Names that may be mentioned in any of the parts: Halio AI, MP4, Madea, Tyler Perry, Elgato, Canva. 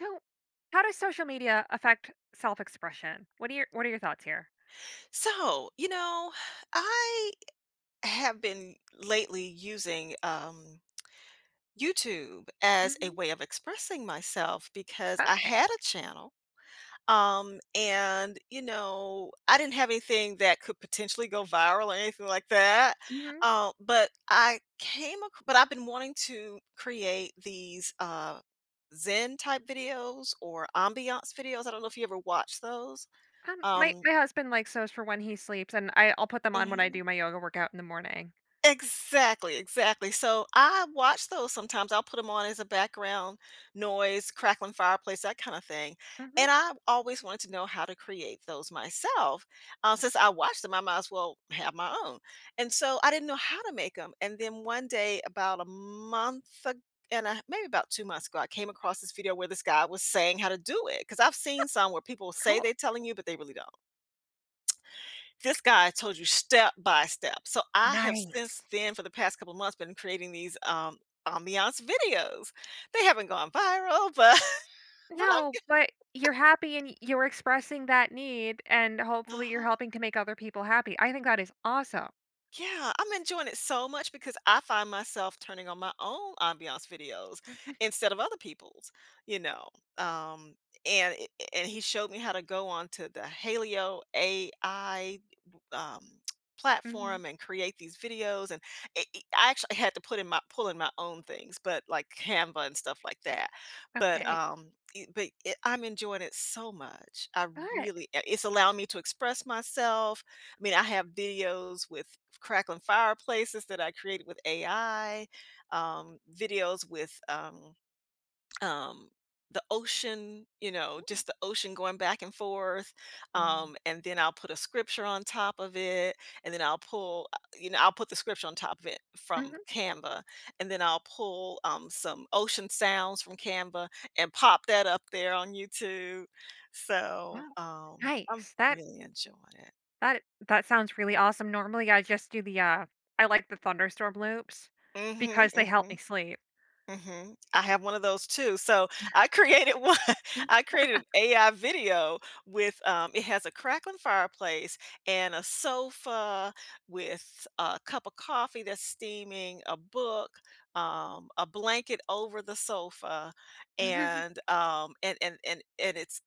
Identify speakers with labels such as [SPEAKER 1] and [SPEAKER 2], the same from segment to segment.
[SPEAKER 1] So, how does social media affect self-expression? What are your thoughts here?
[SPEAKER 2] So, you know, I have been lately using YouTube as a
[SPEAKER 1] Mhm.
[SPEAKER 2] way of expressing myself because I
[SPEAKER 1] Okay.
[SPEAKER 2] had a channel. I didn't have anything that could potentially go viral or anything like that.
[SPEAKER 1] Mhm.
[SPEAKER 2] But I've been wanting to create these Zen type videos or ambiance videos. I don't know if you ever watch those.
[SPEAKER 1] My
[SPEAKER 2] Um,
[SPEAKER 1] my husband likes those for when he sleeps, and I'll put them on when I
[SPEAKER 2] mhm.
[SPEAKER 1] do my yoga workout in the morning.
[SPEAKER 2] Exactly, exactly. So I watch those sometimes. I'll put them on as a background noise, crackling fireplace, that kind of thing.
[SPEAKER 1] Mhm.
[SPEAKER 2] And I always wanted to know how to create those myself. Since I watched them, I might as well have my own. And so I didn't know how to make them. And then one day, about a month ago, maybe about 2 months ago, I came across this video where this guy was saying how to do it. Because I've seen some where people say
[SPEAKER 1] Cool.
[SPEAKER 2] they're telling you, but they really don't. This guy told you step by step. So I have
[SPEAKER 1] Nice.
[SPEAKER 2] since then, for the past couple of months, been creating these ambiance videos. They haven't gone viral, but but I'm
[SPEAKER 1] No, but you're happy and you're expressing that need, and hopefully you're
[SPEAKER 2] uh-huh.
[SPEAKER 1] helping to make other people happy. I think that is awesome.
[SPEAKER 2] Yeah, I'm enjoying it so much because I find myself turning on my own ambiance videos instead of other people's, you know. Um, and he showed me how to go on to the Halio AI um,
[SPEAKER 1] Mhm.
[SPEAKER 2] platform and create these videos and I actually had to put in my pull in my own things but like Canva and stuff like that but
[SPEAKER 1] Okay.
[SPEAKER 2] I'm enjoying it so much. I
[SPEAKER 1] Good.
[SPEAKER 2] really it's allowed me to express myself. I mean, I have videos with crackling fireplaces that I created with AI, videos with um the ocean, just the ocean going back and forth.
[SPEAKER 1] Mm.
[SPEAKER 2] And then I'll put a scripture on top of it, and then I'll pull I'll put the scripture on top of it from
[SPEAKER 1] Mhm.
[SPEAKER 2] Canva, and then I'll pull some ocean sounds from Canva and pop that up there on YouTube. So
[SPEAKER 1] Wow.
[SPEAKER 2] I'm
[SPEAKER 1] Nice.
[SPEAKER 2] really enjoying it.
[SPEAKER 1] That that sounds really awesome. Normally, I just do the, I like the thunderstorm loops
[SPEAKER 2] Mhm,
[SPEAKER 1] because they help
[SPEAKER 2] mhm.
[SPEAKER 1] me sleep.
[SPEAKER 2] Mhm. I have one of those too. So I created one. I created an AI video with it has a crackling fireplace and a sofa with a cup of coffee that's steaming, a book, a blanket over the sofa, and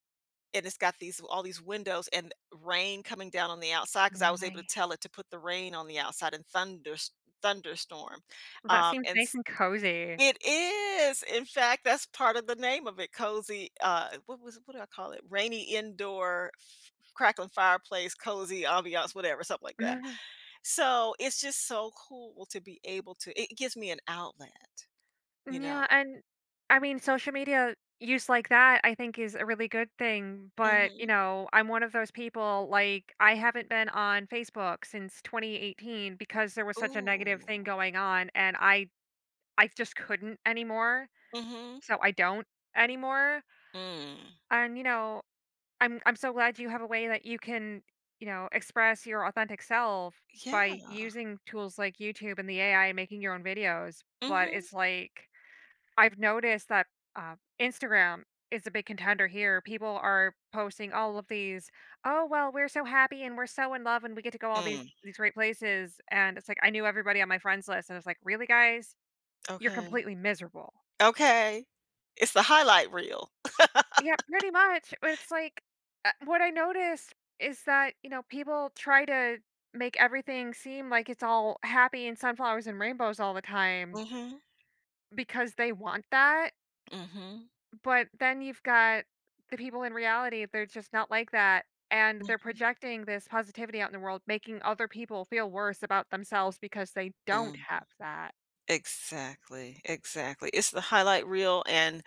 [SPEAKER 2] and it's got these all these windows and rain coming down on the outside because I was able to tell
[SPEAKER 1] Nice.
[SPEAKER 2] it to put the rain on the outside and thunderstorm.
[SPEAKER 1] Well, that seems
[SPEAKER 2] And
[SPEAKER 1] nice and cozy.
[SPEAKER 2] It is. In fact, that's part of the name of it, cozy, what do I call it? Rainy indoor f crackling fireplace, cozy ambiance, whatever, something like that.
[SPEAKER 1] Mhm.
[SPEAKER 2] So, it's just so cool to be able to it gives me an outlet, you
[SPEAKER 1] Yeah,
[SPEAKER 2] know?
[SPEAKER 1] and I mean, social media use like that, I think is a really good thing, but, you
[SPEAKER 2] Mhm.
[SPEAKER 1] know, I'm one of those people, like, I haven't been on Facebook since 2018 because there was such a negative
[SPEAKER 2] Ooh.
[SPEAKER 1] thing going on, and I just couldn't anymore,
[SPEAKER 2] Mhm.
[SPEAKER 1] so I don't anymore,
[SPEAKER 2] Mm.
[SPEAKER 1] and, you know, I'm so glad you have a way that you can, you know, express your authentic self by
[SPEAKER 2] Yeah.
[SPEAKER 1] using tools like YouTube and the AI and making your own videos. But
[SPEAKER 2] Mhm.
[SPEAKER 1] it's like I've noticed that Instagram is a big contender here. People are posting all of these, oh well, we're so happy and we're so in love and we get to go all these
[SPEAKER 2] Mm.
[SPEAKER 1] great places. And it's like I knew everybody on my friends list, and it's like, really, guys, you're
[SPEAKER 2] Okay.
[SPEAKER 1] completely miserable.
[SPEAKER 2] Okay. It's the highlight reel.
[SPEAKER 1] Yeah, pretty much. It's like what I noticed is that, you know, people try to make everything seem like it's all happy and sunflowers and rainbows all the time
[SPEAKER 2] Mhm.
[SPEAKER 1] because they want that.
[SPEAKER 2] Mhm.
[SPEAKER 1] But then you've got the people in reality, they're just not like that. And they're
[SPEAKER 2] Mhm.
[SPEAKER 1] projecting this positivity out in the world, making other people feel worse about themselves because they don't
[SPEAKER 2] Mm.
[SPEAKER 1] have that.
[SPEAKER 2] Exactly, exactly. It's the highlight reel. And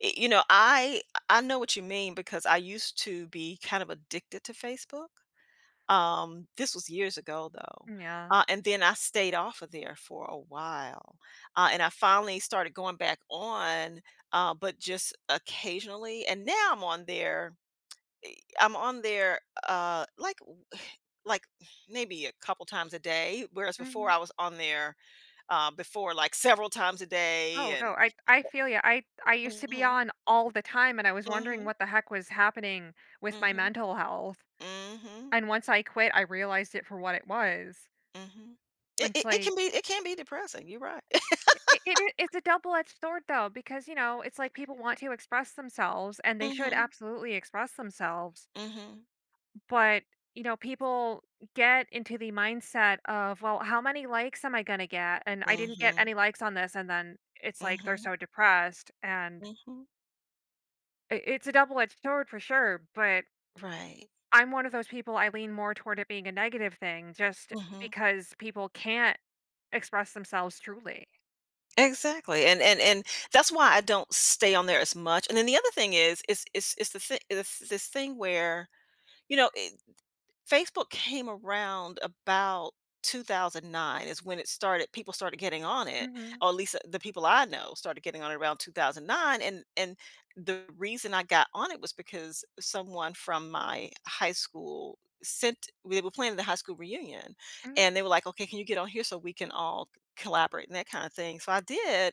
[SPEAKER 2] it, you know, I know what you mean because I used to be kind of addicted to Facebook. This was years ago though.
[SPEAKER 1] Yeah.
[SPEAKER 2] And then I stayed off of there for a while. And I finally started going back on, but just occasionally, and now I'm on there. I'm on there like like maybe a couple times a day, whereas before I was on there like several times a day,
[SPEAKER 1] Oh,
[SPEAKER 2] and
[SPEAKER 1] no, I feel you. I used to be
[SPEAKER 2] mhm,
[SPEAKER 1] on all the time, and I was wondering
[SPEAKER 2] mhm,
[SPEAKER 1] what the heck was happening with my
[SPEAKER 2] mhm,
[SPEAKER 1] mental health,
[SPEAKER 2] mhm,
[SPEAKER 1] and once I quit, I realized it for what it was.
[SPEAKER 2] mhm. It
[SPEAKER 1] It's
[SPEAKER 2] it it
[SPEAKER 1] like
[SPEAKER 2] can be, it can be depressing, you're right.
[SPEAKER 1] it's a double-edged sword, though, because, you know, it's like people want to express themselves, and they should
[SPEAKER 2] Mhm,
[SPEAKER 1] absolutely express themselves,
[SPEAKER 2] mhm,
[SPEAKER 1] but, you know, people get into the mindset of, "Well, how many likes am I gonna get? And I didn't get
[SPEAKER 2] mhm,
[SPEAKER 1] any likes on this," and then it's like they're
[SPEAKER 2] mhm,
[SPEAKER 1] so depressed, and
[SPEAKER 2] mhm.
[SPEAKER 1] I it's a double-edged sword for sure, but
[SPEAKER 2] Right.
[SPEAKER 1] I'm one of those people, I lean more toward it being a negative thing just
[SPEAKER 2] Mhm.
[SPEAKER 1] because people can't express themselves truly.
[SPEAKER 2] Exactly, and that's why I don't stay on there as much. And then the other thing is, it's this thing where, you know, Facebook came around about 2009 is when it started, people started getting on it,
[SPEAKER 1] Mhm,
[SPEAKER 2] or at least the people I know started getting on it around 2009. And the reason I got on it was because someone from my high school sent they were planning the high school reunion,
[SPEAKER 1] mhm.
[SPEAKER 2] and they were like, okay, can you get on here so we can all collaborate and that kind of thing, so I did.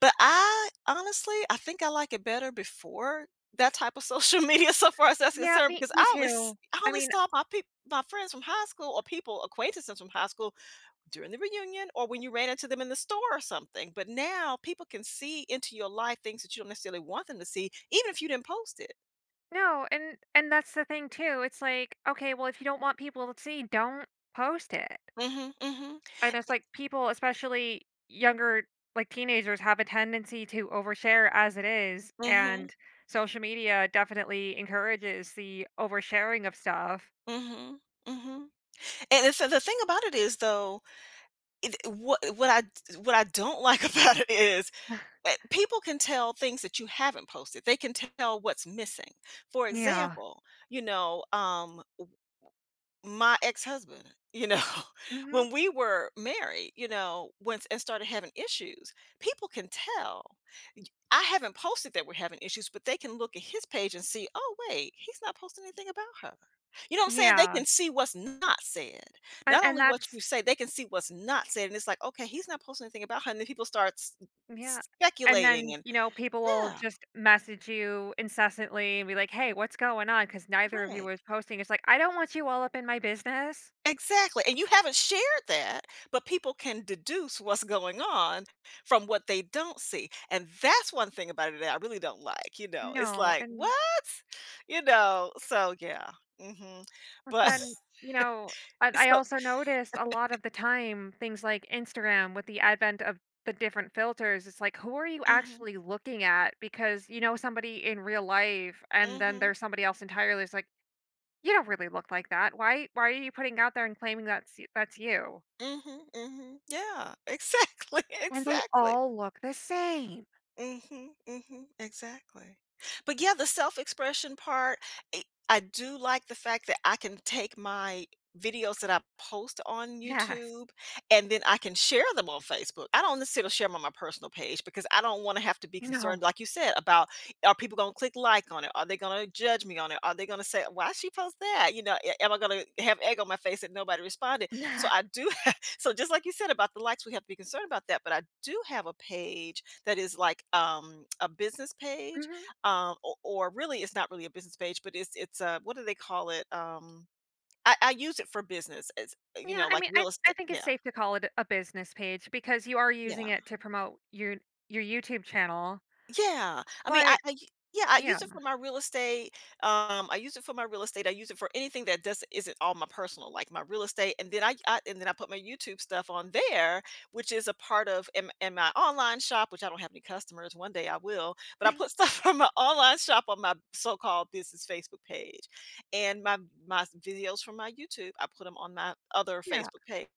[SPEAKER 2] But I honestly, I think I like it better before that type of social media, so far as that's
[SPEAKER 1] Yeah,
[SPEAKER 2] concerned,
[SPEAKER 1] me
[SPEAKER 2] because
[SPEAKER 1] me too.
[SPEAKER 2] I
[SPEAKER 1] I
[SPEAKER 2] only
[SPEAKER 1] mean
[SPEAKER 2] saw my peop my friends from high school, or people, acquaintances from high school during the reunion or when you ran into them in the store or something. But now people can see into your life things that you don't necessarily want them to see, even if you didn't post it.
[SPEAKER 1] no, and that's the thing too, it's like, okay, well, if you don't want people to see, don't post it,
[SPEAKER 2] Mm mhm,
[SPEAKER 1] and it's like people, especially younger, like, teenagers have a tendency to overshare as it is,
[SPEAKER 2] mm mhm,
[SPEAKER 1] and social media definitely encourages the oversharing of stuff.
[SPEAKER 2] mm mhm, mm mhm, mm mhm, and it's so the thing about it is, though, it what I don't like about it is people can tell things that you haven't posted. They can tell what's missing. For
[SPEAKER 1] Yeah.
[SPEAKER 2] example, you know, um, my ex-husband, you know,
[SPEAKER 1] Mhm.
[SPEAKER 2] when we were married, you know, once and started having issues, people can tell. Y- I haven't posted that we're having issues, but they can look at his page and see, oh wait, he's not posting anything about her. You know what I'm saying? They
[SPEAKER 1] Yeah.
[SPEAKER 2] can see what's not said. Not
[SPEAKER 1] And
[SPEAKER 2] only what
[SPEAKER 1] that's
[SPEAKER 2] you say, they can see what's not said. And it's like, okay, he's not posting anything about her. And then people start
[SPEAKER 1] Yeah. And
[SPEAKER 2] speculating,
[SPEAKER 1] then,
[SPEAKER 2] and
[SPEAKER 1] you know, people will
[SPEAKER 2] yeah,
[SPEAKER 1] just message you incessantly and be like, "Hey, what's going on?" Because neither of you
[SPEAKER 2] right.
[SPEAKER 1] was posting. It's like, "I don't want you all up in my business."
[SPEAKER 2] Exactly, and you haven't shared that, but people can deduce what's going on from what they don't see, and that's one thing about it that I really don't like, you know. It's
[SPEAKER 1] No.
[SPEAKER 2] like, "What?"
[SPEAKER 1] And
[SPEAKER 2] You know? So, yeah. Mhm.
[SPEAKER 1] but
[SPEAKER 2] But
[SPEAKER 1] then, you know, I
[SPEAKER 2] so
[SPEAKER 1] also noticed a lot of the time things like Instagram with the advent of the different filters, it's like, who are you
[SPEAKER 2] mhm,
[SPEAKER 1] actually looking at? Because you know somebody in real life and then
[SPEAKER 2] mhm,
[SPEAKER 1] there's somebody else entirely. It's like, you don't really look like that. Why are you putting out there and claiming that's y that's you?
[SPEAKER 2] mhm, mhm. Yeah, exactly,
[SPEAKER 1] And they
[SPEAKER 2] exactly.
[SPEAKER 1] all look the same.
[SPEAKER 2] Mhm, mhm, exactly. But yeah, the self-expression part, I do like the fact that I can take my videos that I post on
[SPEAKER 1] Yes.
[SPEAKER 2] YouTube, and then I can share them on Facebook. I don't necessarily share them on my personal page because I don't wanna have to be
[SPEAKER 1] No.
[SPEAKER 2] concerned, like you said, about, are people gonna click like on it? Are they gonna judge me on it? Are they gonna say, "Why she post that?" You know, a am I gonna have egg on my face that nobody responded? So
[SPEAKER 1] Nah.
[SPEAKER 2] I do, so just like you said about the likes, we have to be concerned about that. But I do have a page that is like a business page,
[SPEAKER 1] Mhm.
[SPEAKER 2] or really, it's not really a business page, but it's a what do they call it? I use it for business. It's, you
[SPEAKER 1] Yeah,
[SPEAKER 2] know,
[SPEAKER 1] I
[SPEAKER 2] like
[SPEAKER 1] mean, I
[SPEAKER 2] real
[SPEAKER 1] I
[SPEAKER 2] estate.
[SPEAKER 1] think it's
[SPEAKER 2] Yeah,
[SPEAKER 1] safe to call it a business page because you are using
[SPEAKER 2] yeah.
[SPEAKER 1] it to promote your YouTube channel,
[SPEAKER 2] Yeah. I mean,
[SPEAKER 1] but,
[SPEAKER 2] yeah, I
[SPEAKER 1] you know,
[SPEAKER 2] use it for my real estate. I use it for my real estate. I use it for anything that doesn't isn't all my personal, like my real estate. And then I put my YouTube stuff on there, which is a part of, and my online shop, which I don't have any customers. One day I will, but I put stuff from my online shop on my so-called business Facebook page, and my videos from my YouTube, I put them on my other
[SPEAKER 1] yeah,
[SPEAKER 2] Facebook page.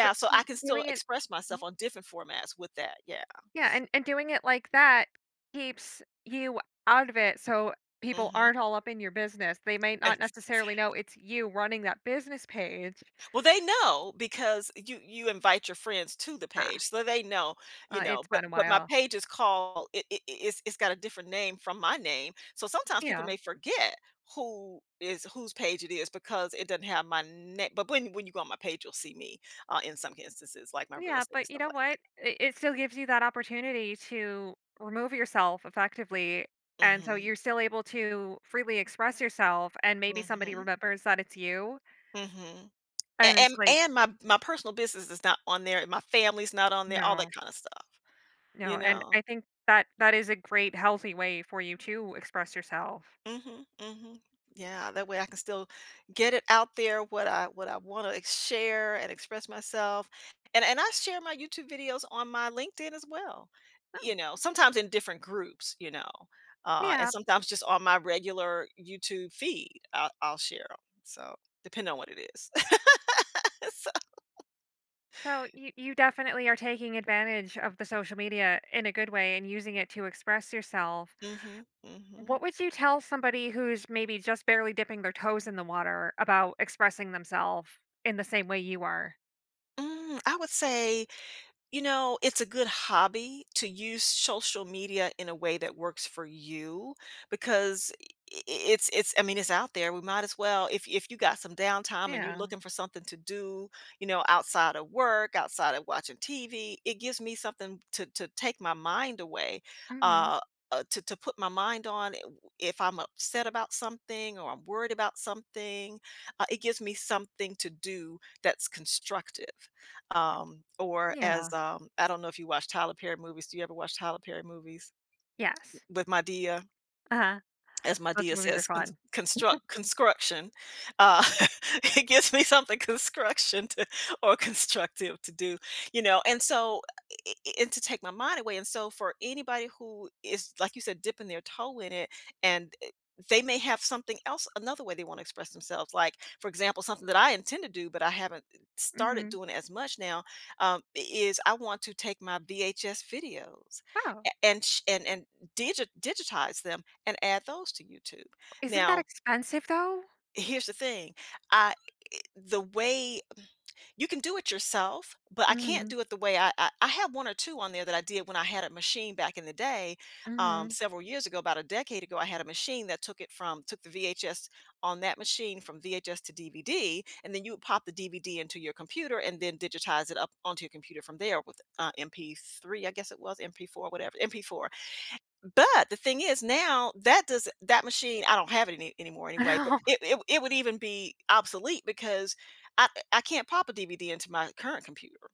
[SPEAKER 1] but
[SPEAKER 2] so
[SPEAKER 1] see,
[SPEAKER 2] I can still
[SPEAKER 1] doing it
[SPEAKER 2] express myself
[SPEAKER 1] oh
[SPEAKER 2] on different formats with that. Yeah.
[SPEAKER 1] yeah, and doing it like that keeps you out of it so people
[SPEAKER 2] Mm-hmm.
[SPEAKER 1] aren't all up in your business. They may not necessarily know it's you running that business page.
[SPEAKER 2] Well, they know because you invite your friends to the page, so they know, you know.
[SPEAKER 1] It's been a
[SPEAKER 2] But my
[SPEAKER 1] while.
[SPEAKER 2] page is called it's got a different name from my name, so sometimes people
[SPEAKER 1] Yeah.
[SPEAKER 2] may forget who is whose page it is because it doesn't have my name. But when you go on my page, you'll see me in some instances, like my real
[SPEAKER 1] Yeah,
[SPEAKER 2] estate and
[SPEAKER 1] but you
[SPEAKER 2] stuff
[SPEAKER 1] know
[SPEAKER 2] like
[SPEAKER 1] what? It still gives you that opportunity to remove yourself effectively.
[SPEAKER 2] that.
[SPEAKER 1] And so
[SPEAKER 2] Mm-hmm.
[SPEAKER 1] you're still able to freely express yourself, and maybe somebody
[SPEAKER 2] Mm-hmm.
[SPEAKER 1] remembers that it's you.
[SPEAKER 2] Mm-hmm. And,
[SPEAKER 1] And it's
[SPEAKER 2] and
[SPEAKER 1] like,
[SPEAKER 2] and my personal business is not on there. My family's not on there. All
[SPEAKER 1] no,
[SPEAKER 2] that kind of stuff. You
[SPEAKER 1] no. And
[SPEAKER 2] know.
[SPEAKER 1] I think that that is a great, healthy way for you to express yourself.
[SPEAKER 2] Mhm, mhm. Yeah, that way I can still get it out there what I wanna share and express myself. And I share my YouTube videos on my LinkedIn as well,
[SPEAKER 1] Oh,
[SPEAKER 2] you know, sometimes in different groups, you know, and
[SPEAKER 1] yeah.
[SPEAKER 2] sometimes just on my regular YouTube feed, I'll share 'em, so depending on what it is. So
[SPEAKER 1] So you definitely are taking advantage of the social media in a good way and using it to express yourself.
[SPEAKER 2] mhm,
[SPEAKER 1] What
[SPEAKER 2] mhm.
[SPEAKER 1] would you tell somebody who's maybe just barely dipping their toes in the water about expressing themselves in the same way you are?
[SPEAKER 2] Mm, I would say, you know, it's a good hobby to use social media in a way that works for you because it's, I mean, it's out there. We might as well, if you got some downtime and you're
[SPEAKER 1] Yeah.
[SPEAKER 2] looking for something to do, you know, outside of work, outside of watching TV, it gives me something to take my mind away.
[SPEAKER 1] Mhm.
[SPEAKER 2] Uh to, put my mind on it. If I'm upset about something or I'm worried about something, it gives me something to do that's constructive.
[SPEAKER 1] Yeah.
[SPEAKER 2] I don't know if you watch Tyler Perry movies. Do you ever watch Tyler Perry movies?
[SPEAKER 1] Yes.
[SPEAKER 2] With Madea,
[SPEAKER 1] Uh-huh.
[SPEAKER 2] as my
[SPEAKER 1] Those
[SPEAKER 2] dear
[SPEAKER 1] movies are
[SPEAKER 2] says,
[SPEAKER 1] fun.
[SPEAKER 2] construction." Uh, it gives me something construction to or constructive to do, you know, and so, I and to take my mind away, and so for anybody who is, like you said, dipping their toe in it, and, eh, they may have something else, another way they wanna express themselves, like, for example, something that I intend to do, but I haven't started
[SPEAKER 1] Mhm.
[SPEAKER 2] doing as much now, um, is I want to take my VHS videos
[SPEAKER 1] Oh,
[SPEAKER 2] a and sh and digitize them and add those to YouTube.
[SPEAKER 1] isn't that
[SPEAKER 2] Now,
[SPEAKER 1] expensive though?
[SPEAKER 2] here's the thing. I the way you can do it yourself, but I can't
[SPEAKER 1] Mhm.
[SPEAKER 2] do it the way I have one or two on there that I did when I had a machine back in the day,
[SPEAKER 1] Mhm.
[SPEAKER 2] several years ago, about a decade ago. I had a machine that took it from took the VHS on that machine from VHS to DVD, and then you would pop the DVD into your computer and then digitize it up onto your computer from there with MP3, I guess it was MP4, whatever MP4, but the thing is now that machine, I don't have it anymore
[SPEAKER 1] I
[SPEAKER 2] anyway, but
[SPEAKER 1] know.
[SPEAKER 2] it would even be obsolete because I can't pop a DVD into my current computer,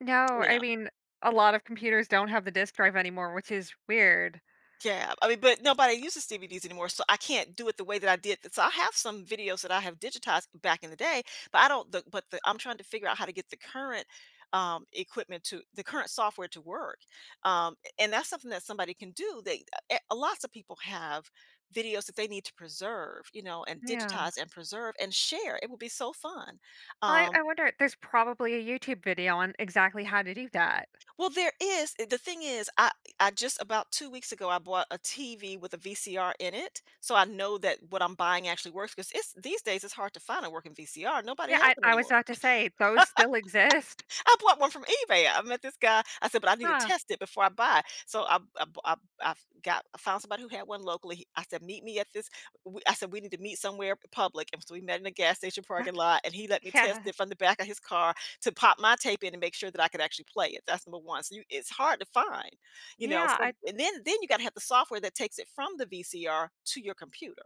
[SPEAKER 1] No,
[SPEAKER 2] you
[SPEAKER 1] I
[SPEAKER 2] know?
[SPEAKER 1] mean, a lot of computers don't have the disk drive anymore, which is weird.
[SPEAKER 2] Yeah, I mean, but nobody uses DVDs anymore, so I can't do it the way that I did. So I have some videos that I have digitized back in the day, but I don't. I'm trying to figure out how to get the current equipment, to the current software to work, um, and that's something that somebody can do. They lots of people have videos that they need to preserve, you know, and
[SPEAKER 1] Yeah.
[SPEAKER 2] digitize and preserve and share. It would be so fun.
[SPEAKER 1] I
[SPEAKER 2] Um,
[SPEAKER 1] wonder there's probably a YouTube video on exactly how to do that.
[SPEAKER 2] Well, the thing is, I just about 2 weeks ago, I bought a TV with a VCR in it, so I know that what I'm buying actually works, because it's these days, it's hard to find a working VCR, nobody
[SPEAKER 1] Yeah,
[SPEAKER 2] has
[SPEAKER 1] I
[SPEAKER 2] them
[SPEAKER 1] I was
[SPEAKER 2] anymore.
[SPEAKER 1] about to say those still exist.
[SPEAKER 2] I bought one from eBay. I met this guy. I said, "But I need to
[SPEAKER 1] Huh.
[SPEAKER 2] test it before I buy it." I got, I found somebody who had one locally. I said, meet me at I said we need to meet somewhere public, and so we met in a gas station parking lot. And he let me test
[SPEAKER 1] Yeah.
[SPEAKER 2] it from the back of his car to pop my tape in and make sure that I could actually play it. That's number one. So you, it's hard to find, you know.
[SPEAKER 1] Yeah, I
[SPEAKER 2] So and then you got to have the software that takes it from the VCR to your computer.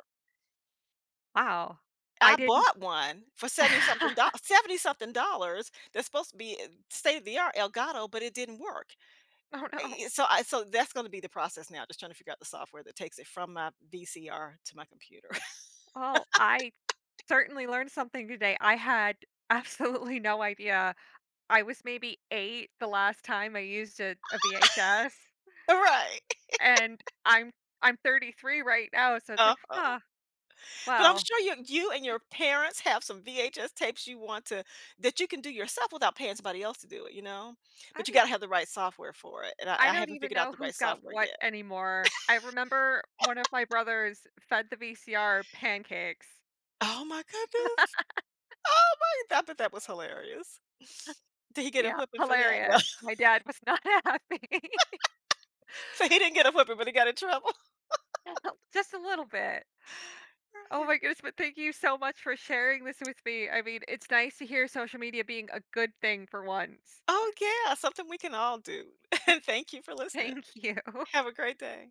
[SPEAKER 1] wow. I
[SPEAKER 2] I
[SPEAKER 1] didn't
[SPEAKER 2] bought one for 70 something dollars. 70 something dollars that's supposed to be, state of the art Elgato, but it didn't work.
[SPEAKER 1] oh no.
[SPEAKER 2] So that's gonna be the process now, just trying to figure out the software that takes it from my VCR to my computer.
[SPEAKER 1] Well, I certainly learned something today. I had absolutely no idea. I was maybe 8 the last time I used a VHS
[SPEAKER 2] Right.
[SPEAKER 1] and I'm 33 right now, so it's like,
[SPEAKER 2] Uh-huh.
[SPEAKER 1] huh,
[SPEAKER 2] But I'm
[SPEAKER 1] well,
[SPEAKER 2] sure you and your parents have some VHS tapes you want to that you can do yourself without paying somebody else to do it, you know?
[SPEAKER 1] I
[SPEAKER 2] But you
[SPEAKER 1] mean,
[SPEAKER 2] gotta have the right software for it, and
[SPEAKER 1] I
[SPEAKER 2] I
[SPEAKER 1] don't
[SPEAKER 2] haven't
[SPEAKER 1] even
[SPEAKER 2] figured out
[SPEAKER 1] know
[SPEAKER 2] the right
[SPEAKER 1] who's got
[SPEAKER 2] software
[SPEAKER 1] what
[SPEAKER 2] yet.
[SPEAKER 1] anymore. I remember one of my brothers fed the VCR pancakes.
[SPEAKER 2] Oh my goodness. Oh my, I bet that was hilarious. Did he get a
[SPEAKER 1] Yeah,
[SPEAKER 2] whipping for that? No.
[SPEAKER 1] hilarious. My dad was not happy.
[SPEAKER 2] He didn't get a whipping, but he got in trouble.
[SPEAKER 1] Just a little bit. Oh my
[SPEAKER 2] Right.
[SPEAKER 1] goodness, but thank you so much for sharing this with me. I mean, it's nice to hear social media being a good thing for once.
[SPEAKER 2] Oh, yeah, something we can all do. And thank you for listening.
[SPEAKER 1] Thank you.
[SPEAKER 2] Have a great day.